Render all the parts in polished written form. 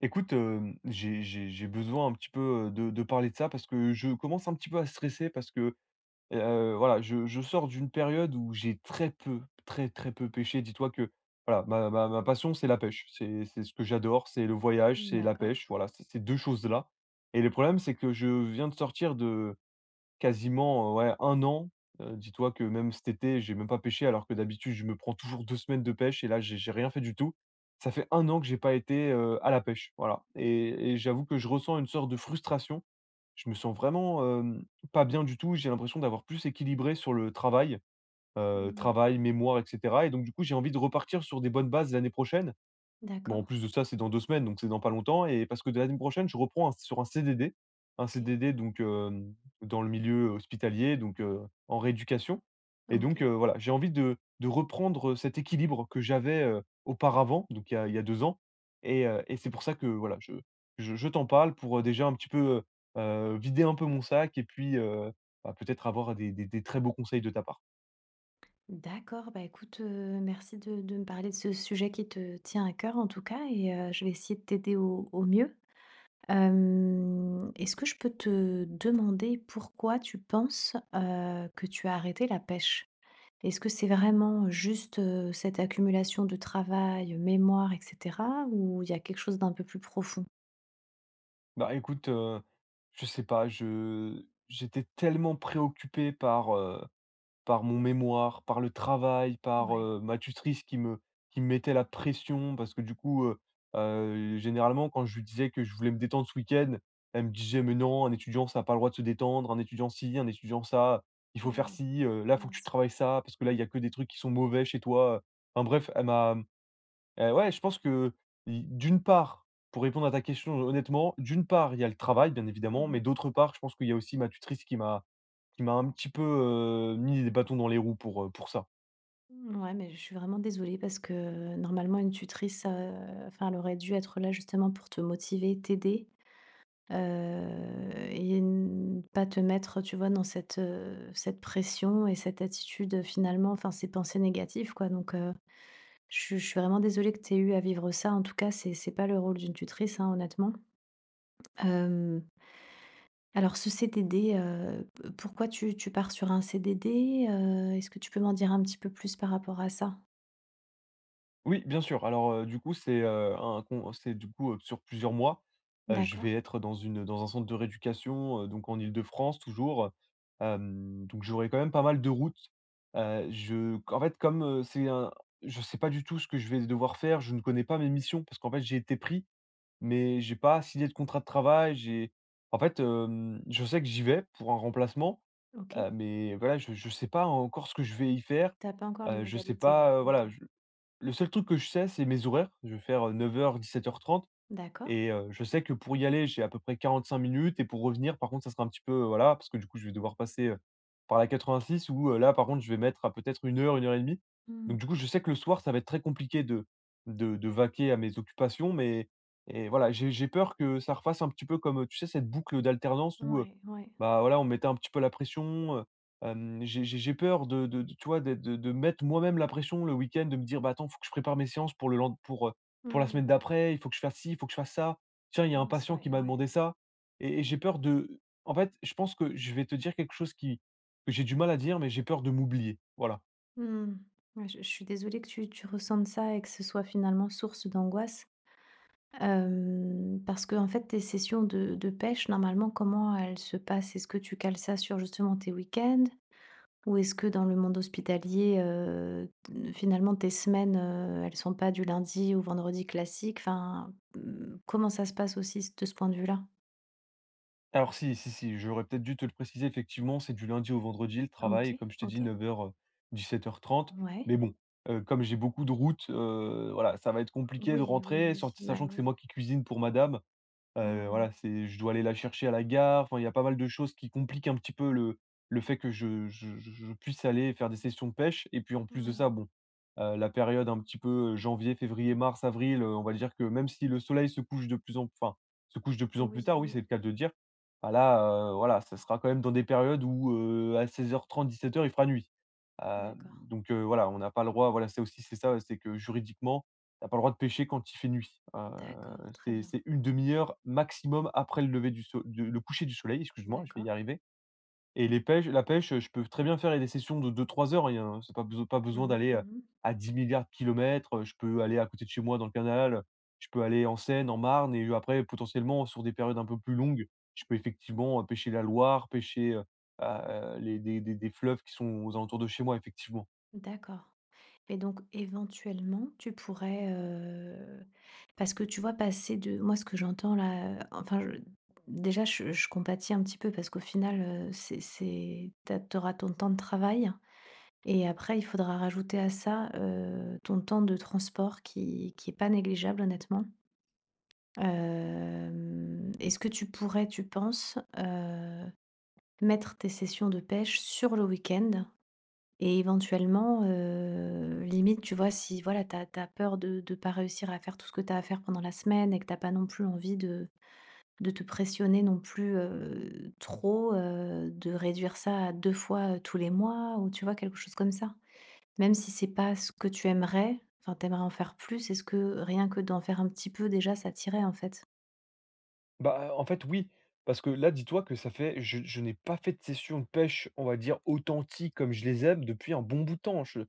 Écoute, j'ai besoin un petit peu, de parler de ça parce que je commence un petit peu à stresser parce que, voilà, je sors d'une période où j'ai très peu, très, très peu pêché. Dis-toi que, voilà, ma passion, c'est la pêche. C'est ce que j'adore, c'est le voyage, c'est la D'accord. pêche, voilà, c'est ces 2 choses-là et le problème, c'est que je viens de sortir de. Quasiment, ouais, un an. Dis-toi que même cet été, j'ai même pas pêché alors que d'habitude, je me prends toujours 2 semaines de pêche, et là, j'ai rien fait du tout. Ça fait un an que j'ai pas été, à la pêche, voilà, et j'avoue que je ressens une sorte de frustration. Je me sens vraiment, pas bien du tout. J'ai l'impression d'avoir plus équilibré sur le travail, Mmh. travail, mémoire, et cetera, et donc du coup, j'ai envie de repartir sur des bonnes bases l'année prochaine. Bon, D'accord. en plus de ça, c'est dans 2 semaines, donc c'est dans pas longtemps, et parce que de la prochaine, je reprends un sur un CDD, un OK. CDD, donc dans le milieu hospitalier, donc en rééducation. Et donc OK. voilà, j'ai envie de reprendre cet équilibre que j'avais, auparavant, donc il y a 2 ans. Et c'est pour ça que voilà, je t'en parle pour, déjà un petit peu, vider un peu mon sac et puis, bah, peut-être avoir des très beaux conseils de ta part. D'accord, bah, écoute, merci de me parler de ce sujet qui te tient à cœur en tout cas et je vais essayer de t'aider au mieux. Est-ce que je peux te demander pourquoi tu penses, que tu as arrêté la pêche? Est-ce que c'est vraiment juste, cette accumulation de travail, mémoire et cetera? Ou il y a quelque chose d'un peu plus profond? Bah, écoute, je sais pas, je j'étais tellement préoccupé par, par mon mémoire, par le travail, par, Ouais. Ma tutrice qui me mettait la pression parce que du coup, généralement quand je lui disais que je voulais me détendre ce week-end, elle me disait: «Mais non, un étudiant, ça n'a pas le droit de se détendre, un étudiant ci, un étudiant ça, il faut faire Mmh. ci, là il faut que tu Mince. travailles ça, parce que là il y a que des trucs qui sont mauvais chez toi». Enfin bref, elle m'a... ouais, je pense que, i d'une part, pour répondre à ta question honnêtement, d'une part, il y a le travail, bien évidemment, mais Mmh. d'autre part, je pense qu'il y a aussi ma tutrice qui m'a un petit peu, mis des bâtons dans les roues pour ça. Ouais, mais je suis vraiment désolée parce que normalement une tutrice, enfin, elle aurait dû être là justement pour te motiver, t'aider, et n pas te mettre, tu vois, dans cette, cette pression et cette attitude, finalement, enfin, ces pensées négatives, quoi. Donc, je suis vraiment désolée que tu aies eu à vivre ça. En tout cas, c'est pas le rôle d'une tutrice, hein, honnêtement. Hem, alors ce CDD, p pourquoi tu pars sur un CDD? Est-ce que tu peux m'en dire un petit peu plus par rapport à ça? Oui, bien sûr. Alors, du coup, c'est, un con c'est du coup, sur plusieurs mois. Je D'accord, vais être dans un centre de rééducation, donc en Île-de-France toujours. Donc j'aurai quand même pas mal de routes. Je comme, c'est un je sais pas du tout ce que je vais devoir faire, je ne connais pas mes missions parce qu'en fait, j'ai été pris. Mais j'ai pas signé de contrat de travail, j'ai en fait, je sais que j'y vais pour un remplacement, OK. Mais voilà, je sais pas encore ce que je vais y faire. T'as pas encore les Je sais modalités, ouais, pas, OK. voilà, je le seul truc que je sais, c'est mes horaires. Je vais faire 9h, heures 17h30, D'accord. et je sais que pour y aller, j'ai à peu près 45 minutes, et pour revenir, par contre, ça sera un petit peu, voilà, parce que du coup, je vais devoir passer, par la 86 où, là, par contre, je vais mettre à peut-être une heure, 1h30. Donc Mmh. du coup, je sais que le soir, ça va être très compliqué de vaquer à mes occupations, mais... et voilà, j'ai peur que ça refasse un petit peu comme, tu sais, cette boucle d'alternance où, Ouais, ouais. bah, voilà, on mettait un petit peu la pression, j'ai peur de tu vois, de mettre moi-même la pression le week-end, de me dire: «Bah, attends, faut que je prépare mes séances pour pour la Mmh. semaine d'après, il faut que je fasse ci, il faut que je fasse ça. Tiens, il y a un Mince, patient ouais, qui m'a ouais. demandé ça». Et j'ai peur de... en fait, je pense que je vais te dire quelque chose qui que j'ai du mal à dire, mais j'ai peur de m'oublier. Voilà. Mmh. Ouais, je suis désolée que tu ressentes ça et que ce soit finalement source d'angoisse. Parce qu'en fait, tes sessions de pêche, normalement, comment elles se passent? Est-ce que tu cales ça sur justement tes week-ends? Ou est-ce que dans le monde hospitalier, finalement tes semaines, elles sont pas du lundi au vendredi classique? Enfin, mmh, comment ça se passe aussi de ce point de vue-là? Alors si, si, si, j'aurais peut-être dû te le préciser, effectivement, c'est du lundi au vendredi le travail, et OK, comme je t'ai dit OK. 9h, 17h30. Ouais. Mais bon, comme j'ai beaucoup de routes, voilà, ça va être compliqué de Oui, oui, rentrer, oui, surtout bah, sachant que c'est oui. moi qui cuisine pour madame. Mmh, Voilà, c'est je dois aller la chercher à la gare, enfin, il y a pas mal de choses qui compliquent un petit peu le fait que je puisse aller faire des sessions de pêche, et puis en plus de mmh. ça, bon, la période un petit peu, janvier, février, mars, avril, on va dire que même si le soleil se couche de plus en enfin, se couche de plus en plus Oui, tard, oui, oui, c'est le cas de le dire. Bah, là, voilà, ça sera quand même dans des périodes où, à 16h30-17h, il fera nuit. D'accord, Donc voilà, on n'a pas le droit... voilà, c'est aussi c'est ça, c'est que juridiquement, t'as pas le droit de pêcher quand il fait nuit. D'accord, très c'est bien, c'est 1 demi-heure maximum après le lever du de le coucher du soleil, excuse-moi, je vais y d'accord. arriver. Et les pêches la pêche, je peux très bien faire des sessions de deux trois heures, il y a c'est pas beso pas besoin Mmh mh, d'aller, mmh. à 10 milliards de kilomètres, je peux aller à côté de chez moi dans le canal, je peux aller en Seine, en Marne, et après potentiellement sur des périodes un peu plus longues, je peux effectivement, pêcher la Loire, pêcher, les des fleuves qui sont aux alentours de chez moi effectivement. D'accord et donc éventuellement, tu pourrais, parce que tu vois passer de moi ce que j'entends là, enfin je déjà je compatis un petit peu parce qu'au final, c'est tu as ton temps de travail et après il faudra rajouter à ça, ton temps de transport qui est pas négligeable honnêtement. Est-ce que tu pourrais, tu penses, mettre tes sessions de pêche sur le week-end? Et éventuellement, limite, tu vois, si voilà, t'as as peur de pas réussir à faire tout ce que t'as à faire pendant la semaine et que t'as pas non plus envie de te pressionner non plus, trop, de réduire ça à 2 fois, tous les mois ou tu vois, quelque chose comme ça. Même si c'est pas ce que tu aimerais, enfin, t'aimerais en faire plus, est-ce que rien que d'en faire un petit peu déjà ça t'irait, en fait? Bah, en fait, oui, parce que là, dis-toi que ça fait, je n'ai pas fait de session de pêche, on va dire, authentique comme je les aime depuis un bon bout de temps.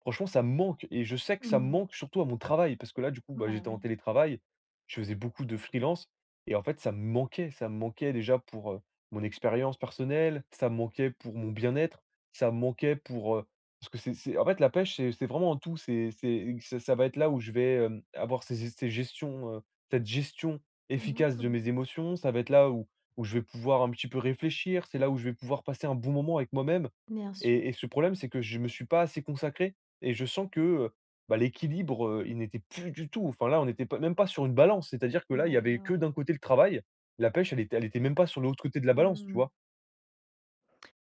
Franchement, ça me manque et je sais que ça me Mmh. manque surtout à mon travail, parce que là, du coup, bah, Bah, j'étais en oui. télétravail, je faisais beaucoup de freelance, et en fait, ça me manquait. Ça me manquait déjà pour mon expérience personnelle, ça me manquait pour mon bien-être, ça me manquait pour. Parce que en fait, la pêche, c'est vraiment un tout. Ça va être là où je vais avoir cette gestion Mmh mh, efficace de mmh. mes émotions, ça va être là où je vais pouvoir un petit peu réfléchir, c'est là où je vais pouvoir passer un bon moment avec moi-même. Bien sûr. Et ce problème, c'est que je ne me suis pas assez consacré et je sens que, bah, l'équilibre, il n'était plus du tout. Enfin là, on n'était pas même pas sur une balance, c'est-à-dire que là, il y Ouais, ouais, avait que ouais. d'un côté le travail, la pêche, elle était même pas sur l'autre côté de la balance, tu Mmh. vois?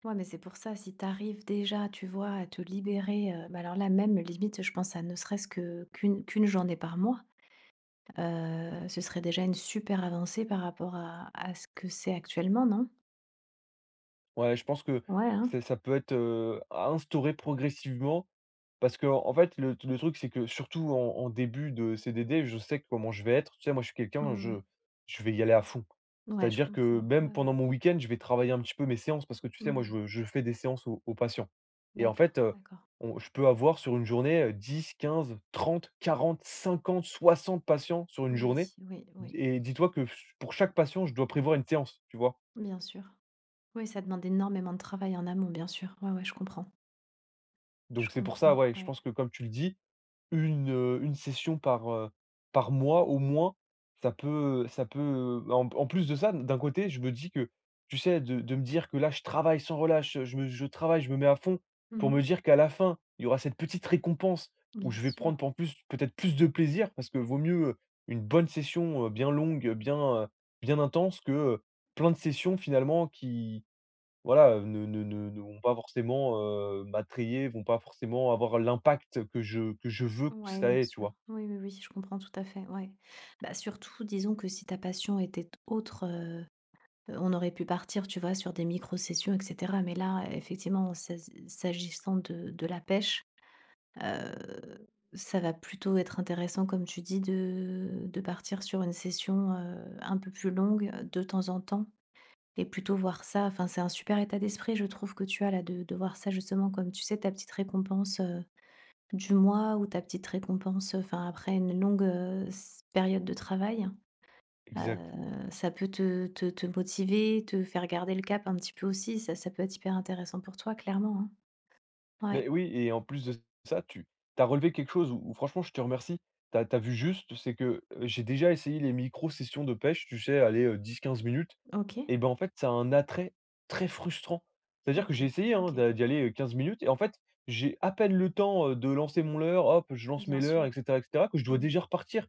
Ouais, mais c'est pour ça, si tu arrives déjà, tu vois, à te libérer, bah, alors là, même limite, je pense à ne serait-ce que qu'une journée par mois, ce serait déjà une super avancée par rapport à ce que c'est actuellement, non? Ouais, je pense que Ouais, hein? ça peut être, à instaurer progressivement, parce que en fait, le truc, c'est que surtout en début de CDD, je sais comment je vais être. Tu sais, moi, je suis quelqu'un, Mmh. je vais y aller à fond. Ouais, je C'est-à-dire que comprends. même Ouais, pendant ouais. mon week-end, je vais travailler un petit peu mes séances, parce que tu sais, moi, Mmh. je fais des séances aux patients, et en fait, D'accord, d'accord. on je peux avoir sur une journée, 10-15-30-40-50-60 patients sur une journée, Oui, oui, oui, et dis-toi que pour chaque patient, je dois prévoir une séance, tu vois? bien sûr. Oui, ça demande énormément de travail en amont, bien sûr. Ouais, ouais, je comprends. Je Donc c'est pour ça, comprends, ouais, je ouais. pense que comme tu le dis, une session par mois au moins, ça peut en plus de ça, d'un côté, je me dis que, tu sais, de me dire que là, je travaille sans relâche, je travaille, je me mets à fond pour me Mmh. dire qu'à la fin, il y aura cette petite récompense où Bien je vais sûr. prendre en plus peut-être plus de plaisir, parce que vaut mieux, une bonne session, bien longue, bien, heu, bien intense, que, plein de sessions finalement qui voilà, ne vont pas forcément, m'attrayer, vont pas forcément avoir l'impact que je veux que Ouais, ça bien ait, tu sûr. vois? Oui, oui, oui, je comprends tout à fait, ouais. Bah, surtout, disons que si ta passion était autre, on aurait pu partir, tu vois, sur des micro-sessions et cetera. Mais là, effectivement, s'agissant de la pêche, heu, ça va plutôt être intéressant, comme tu dis, de partir sur une session, un peu plus longue, de temps en temps et plutôt voir ça enfin, c'est un super état d'esprit, je trouve, que tu as là, de voir ça justement comme, tu sais, ta petite récompense, du mois ou ta petite récompense, enfin, après une longue, s période de travail, Exact. ça peut te motiver, te faire garder le cap un petit peu aussi. Ça peut être hyper intéressant pour toi clairement, hein. Ouais, Mais oui, et en plus de ça, tu as relevé quelque chose où franchement je te remercie. Tu as vu juste, c'est que, j'ai déjà essayé les micro-sessions de pêche, tu sais, aller 10, 15 minutes, OK, et ben, en fait, ça a un attrait très frustrant. C'est-à-dire que j'ai OK, essayé, hein, OK, d'y aller, 15 minutes, et en fait, j'ai à peine le temps, de lancer mon leurre, hop, je lance bien mes leurres, sûr. et cetera, et cetera, que je dois Mmh. déjà repartir.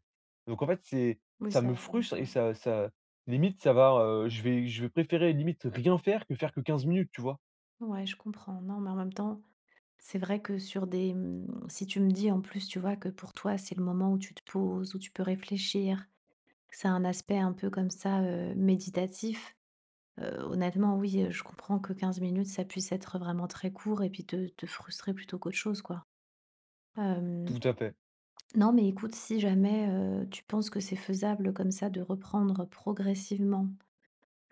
Donc en fait, c'est Oui, ça me ça ouais, frustre, et ouais. ça limite, ça va, je vais préférer limite rien faire que faire que 15 minutes, tu vois? Ouais, je comprends. Non, mais en même temps, c'est vrai que sur des, mmh, si tu me dis en plus, tu vois, que pour toi, c'est le moment où tu te poses, où tu peux réfléchir, que ça a un aspect un peu comme ça, méditatif. Honnêtement, oui, je comprends que 15 minutes, ça puisse être vraiment très court et puis te frustrer plutôt qu'autre chose, quoi. Hem, Tout à fait, non, mais écoute, si jamais, tu penses que c'est faisable comme ça de reprendre progressivement,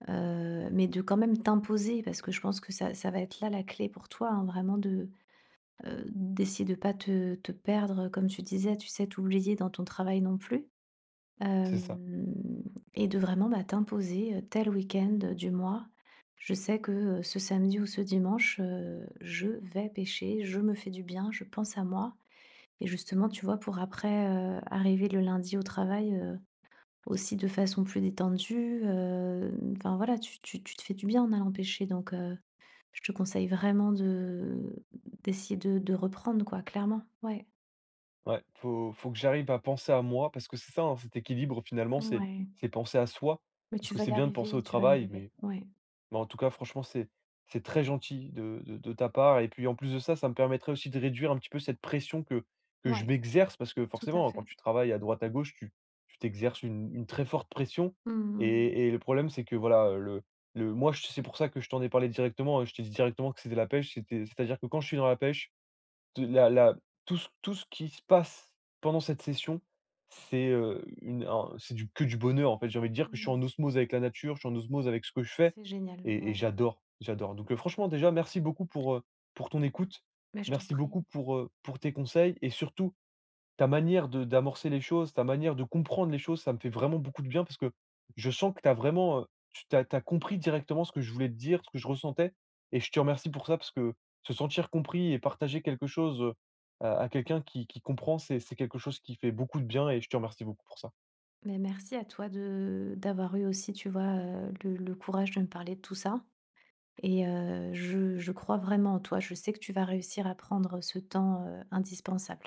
mais de quand même t'imposer parce que je pense que ça va être là la clé pour toi, hein, vraiment de, d'essayer de pas te perdre, comme tu disais, tu sais, t'oublier dans ton travail non plus. c'est ça. Hem et de vraiment, bah, t'imposer, tel week-end, du mois, je sais que, ce samedi ou ce dimanche, je vais pêcher, je me fais du bien, je pense à moi et justement, tu vois, pour après, arriver le lundi au travail, aussi de façon plus détendue, enfin, voilà, tu te fais du bien en allant pêcher donc je te conseille vraiment de d'essayer de reprendre, quoi, clairement. Ouais, Ouais, faut que j'arrive à penser à moi, parce que c'est ça, hein, cet équilibre finalement, c'est ouais, c'est penser à soi, mais parce tu que vas y c'est bien de penser au arriver, tu vas y travail, arriver. mais, Ouais, mais en tout cas, franchement, c'est très gentil de ta part. Et puis en plus de ça, ça me permettrait aussi de réduire un petit peu cette pression que je ouais, m'exerce, parce que tout à forcément, hein, quand fait. tu travailles à droite à gauche, tu t'exerces une très forte pression. Mmh. Et le problème, c'est que voilà, c'est pour ça que je t'en ai parlé directement, hein, je t'ai dit directement que c'était la pêche, c'était, c'est-à-dire que quand je suis dans la pêche, T la tout ce qui se passe pendant cette session, c'est, une un c'est du que du bonheur, en fait. J'ai envie de dire que je suis en Mmh. osmose avec la nature, je suis en osmose avec ce que je fais, C'est génial, et ouais. j'adore, j'adore. Donc, franchement, déjà merci beaucoup pour ton écoute. Mais je t'en Merci prie. beaucoup pour tes conseils, et surtout ta manière de d'amorcer les choses, ta manière de comprendre les choses, ça me fait vraiment beaucoup de bien, parce que je sens que tu as vraiment, tu as compris directement ce que je voulais te dire, ce que je ressentais, et je te remercie pour ça, parce que se sentir compris et partager quelque chose, à quelqu'un qui comprend, c'est quelque chose qui fait beaucoup de bien, et je te remercie beaucoup pour ça. Mais merci à toi de d'avoir eu aussi, tu vois, le courage de me parler de tout ça et je crois vraiment en toi. Je sais que tu vas réussir à prendre ce temps, indispensable.